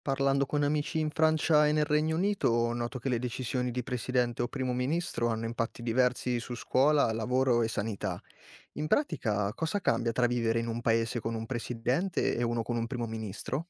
Parlando con amici in Francia e nel Regno Unito, noto che le decisioni di presidente o primo ministro hanno impatti diversi su scuola, lavoro e sanità. In pratica, cosa cambia tra vivere in un paese con un presidente e uno con un primo ministro?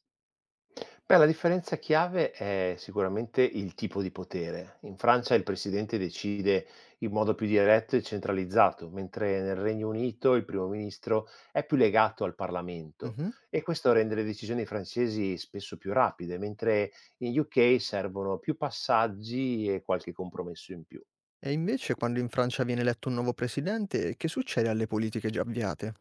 Beh, la differenza chiave è sicuramente il tipo di potere. In Francia il presidente decide in modo più diretto e centralizzato, mentre nel Regno Unito il primo ministro è più legato al Parlamento Mhm. e questo rende le decisioni francesi spesso più rapide, mentre in UK servono più passaggi e qualche compromesso in più. E invece, quando in Francia viene eletto un nuovo presidente, che succede alle politiche già avviate?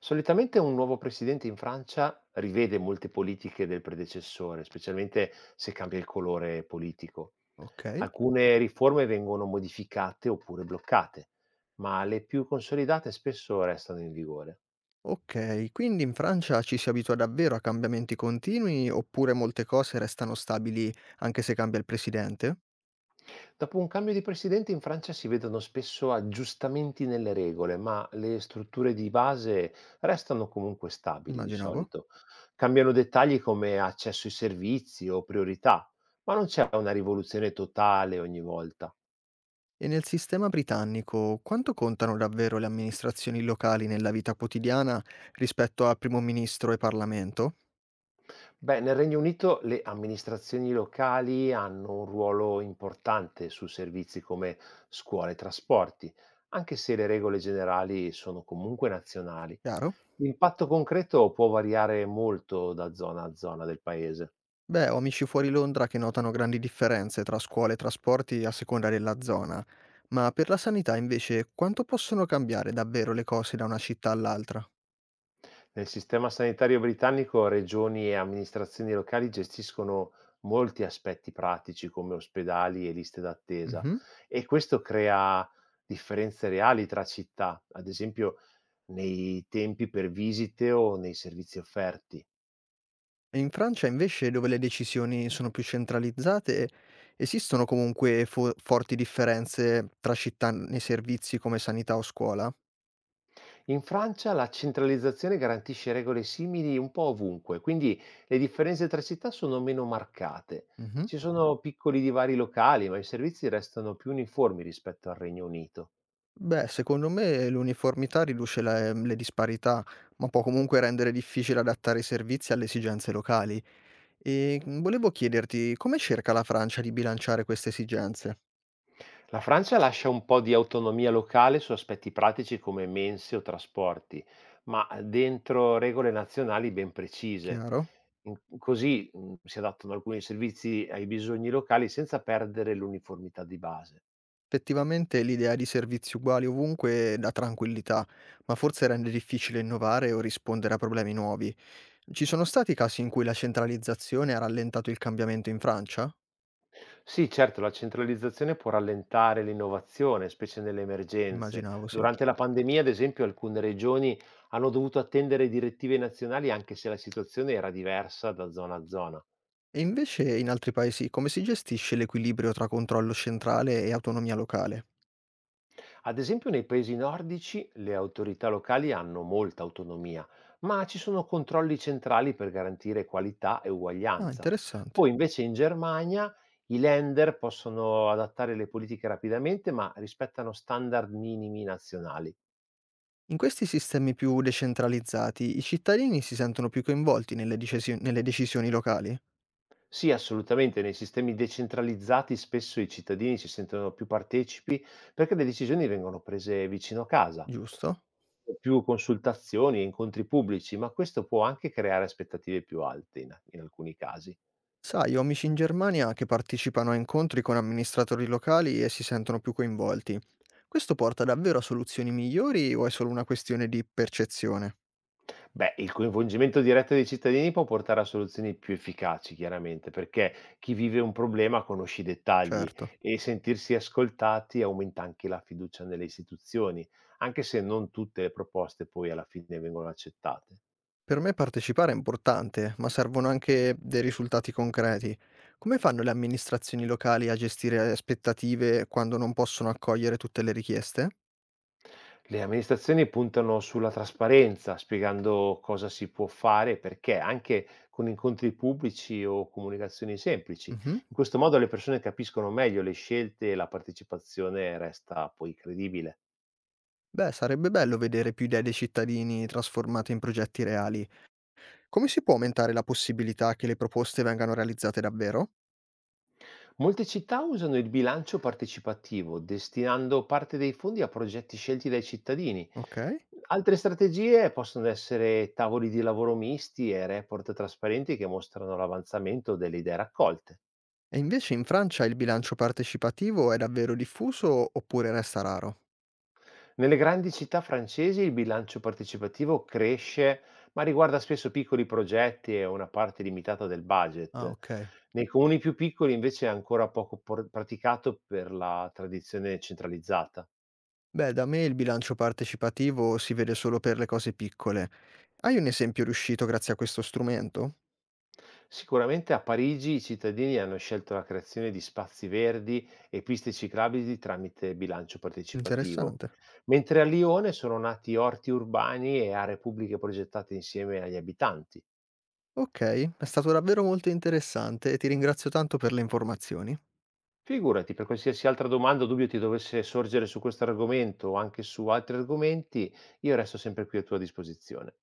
Solitamente un nuovo presidente in Francia rivede molte politiche del predecessore, specialmente se cambia il colore politico. Ok. Alcune riforme vengono modificate oppure bloccate, ma le più consolidate spesso restano in vigore. Ok, quindi in Francia ci si abitua davvero a cambiamenti continui oppure molte cose restano stabili anche se cambia il presidente? Dopo un cambio di presidente in Francia si vedono spesso aggiustamenti nelle regole, ma le strutture di base restano comunque stabili di Immaginavo. solito. Cambiano dettagli come accesso ai servizi o priorità, ma non c'è una rivoluzione totale ogni volta. E nel sistema britannico quanto contano davvero le amministrazioni locali nella vita quotidiana rispetto a primo ministro e Parlamento? Beh, nel Regno Unito le amministrazioni locali hanno un ruolo importante su servizi come scuole e trasporti, anche se le regole generali sono comunque nazionali. Chiaro? L'impatto concreto può variare molto da zona a zona del paese. Beh, ho amici fuori Londra che notano grandi differenze tra scuole e trasporti a seconda della zona, ma per la sanità invece quanto possono cambiare davvero le cose da una città all'altra? Nel sistema sanitario britannico regioni e amministrazioni locali gestiscono molti aspetti pratici come ospedali e liste d'attesa Mhm. e questo crea differenze reali tra città, ad esempio nei tempi per visite o nei servizi offerti. E in Francia invece, dove le decisioni sono più centralizzate, esistono comunque forti differenze tra città nei servizi come sanità o scuola? In Francia la centralizzazione garantisce regole simili un po' ovunque, quindi le differenze tra città sono meno marcate. Mhm. Ci sono piccoli divari locali, ma i servizi restano più uniformi rispetto al Regno Unito. Beh, secondo me l'uniformità riduce le disparità, ma può comunque rendere difficile adattare i servizi alle esigenze locali. E, volevo chiederti come cerca la Francia di bilanciare queste esigenze? La Francia lascia un po' di autonomia locale su aspetti pratici come mense o trasporti, ma dentro regole nazionali ben precise. Chiaro? Così si adattano alcuni servizi ai bisogni locali senza perdere l'uniformità di base. Effettivamente l'idea di servizi uguali ovunque dà tranquillità, ma forse rende difficile innovare o rispondere a problemi nuovi. Ci sono stati casi in cui la centralizzazione ha rallentato il cambiamento in Francia? Sì, certo, la centralizzazione può rallentare l'innovazione, specie nelle emergenze. Immaginavo, sì. Durante la pandemia, ad esempio, alcune regioni hanno dovuto attendere direttive nazionali anche se la situazione era diversa da zona a zona. E invece in altri paesi come si gestisce l'equilibrio tra controllo centrale e autonomia locale? Ad esempio, nei paesi nordici le autorità locali hanno molta autonomia, ma ci sono controlli centrali per garantire qualità e Ah, uguaglianza. interessante. Poi, invece, in Germania i lender possono adattare le politiche rapidamente, ma rispettano standard minimi nazionali. In questi sistemi più decentralizzati, i cittadini si sentono più coinvolti nelle decisioni locali, Sì, assolutamente. Nei sistemi decentralizzati spesso i cittadini si sentono più partecipi perché le decisioni vengono prese vicino a casa, giusto? più consultazioni e incontri pubblici, ma questo può anche creare aspettative più alte in alcuni casi. Sai, ho amici in Germania che partecipano a incontri con amministratori locali e si sentono più coinvolti. Questo porta davvero a soluzioni migliori o è solo una questione di percezione? Beh, il coinvolgimento diretto dei cittadini può portare a soluzioni più efficaci, chiaramente, perché chi vive un problema conosce i dettagli Certo. e sentirsi ascoltati aumenta anche la fiducia nelle istituzioni, anche se non tutte le proposte poi alla fine vengono accettate. Per me partecipare è importante, ma servono anche dei risultati concreti. Come fanno le amministrazioni locali a gestire aspettative quando non possono accogliere tutte le richieste? Le amministrazioni puntano sulla trasparenza, spiegando cosa si può fare e perché, anche con incontri pubblici o comunicazioni semplici. Mhm. In questo modo le persone capiscono meglio le scelte e la partecipazione resta poi credibile. Beh, sarebbe bello vedere più idee dei cittadini trasformate in progetti reali. Come si può aumentare la possibilità che le proposte vengano realizzate davvero? Molte città usano il bilancio partecipativo, destinando parte dei fondi a progetti scelti dai cittadini. Ok. Altre strategie possono essere tavoli di lavoro misti e report trasparenti che mostrano l'avanzamento delle idee raccolte. E invece in Francia il bilancio partecipativo è davvero diffuso oppure resta raro? Nelle grandi città francesi il bilancio partecipativo cresce, ma riguarda spesso piccoli progetti e una parte limitata del Ah, budget. ok. Nei comuni più piccoli invece è ancora poco por- praticato per la tradizione centralizzata. Beh, da me il bilancio partecipativo si vede solo per le cose piccole. Hai un esempio riuscito grazie a questo strumento? Sicuramente a Parigi i cittadini hanno scelto la creazione di spazi verdi e piste ciclabili tramite bilancio partecipativo, Interessante. mentre a Lione sono nati orti urbani e aree pubbliche progettate insieme agli abitanti. Ok, è stato davvero molto interessante e ti ringrazio tanto per le informazioni. Figurati, per qualsiasi altra domanda o dubbio ti dovesse sorgere su questo argomento o anche su altri argomenti, io resto sempre qui a tua disposizione.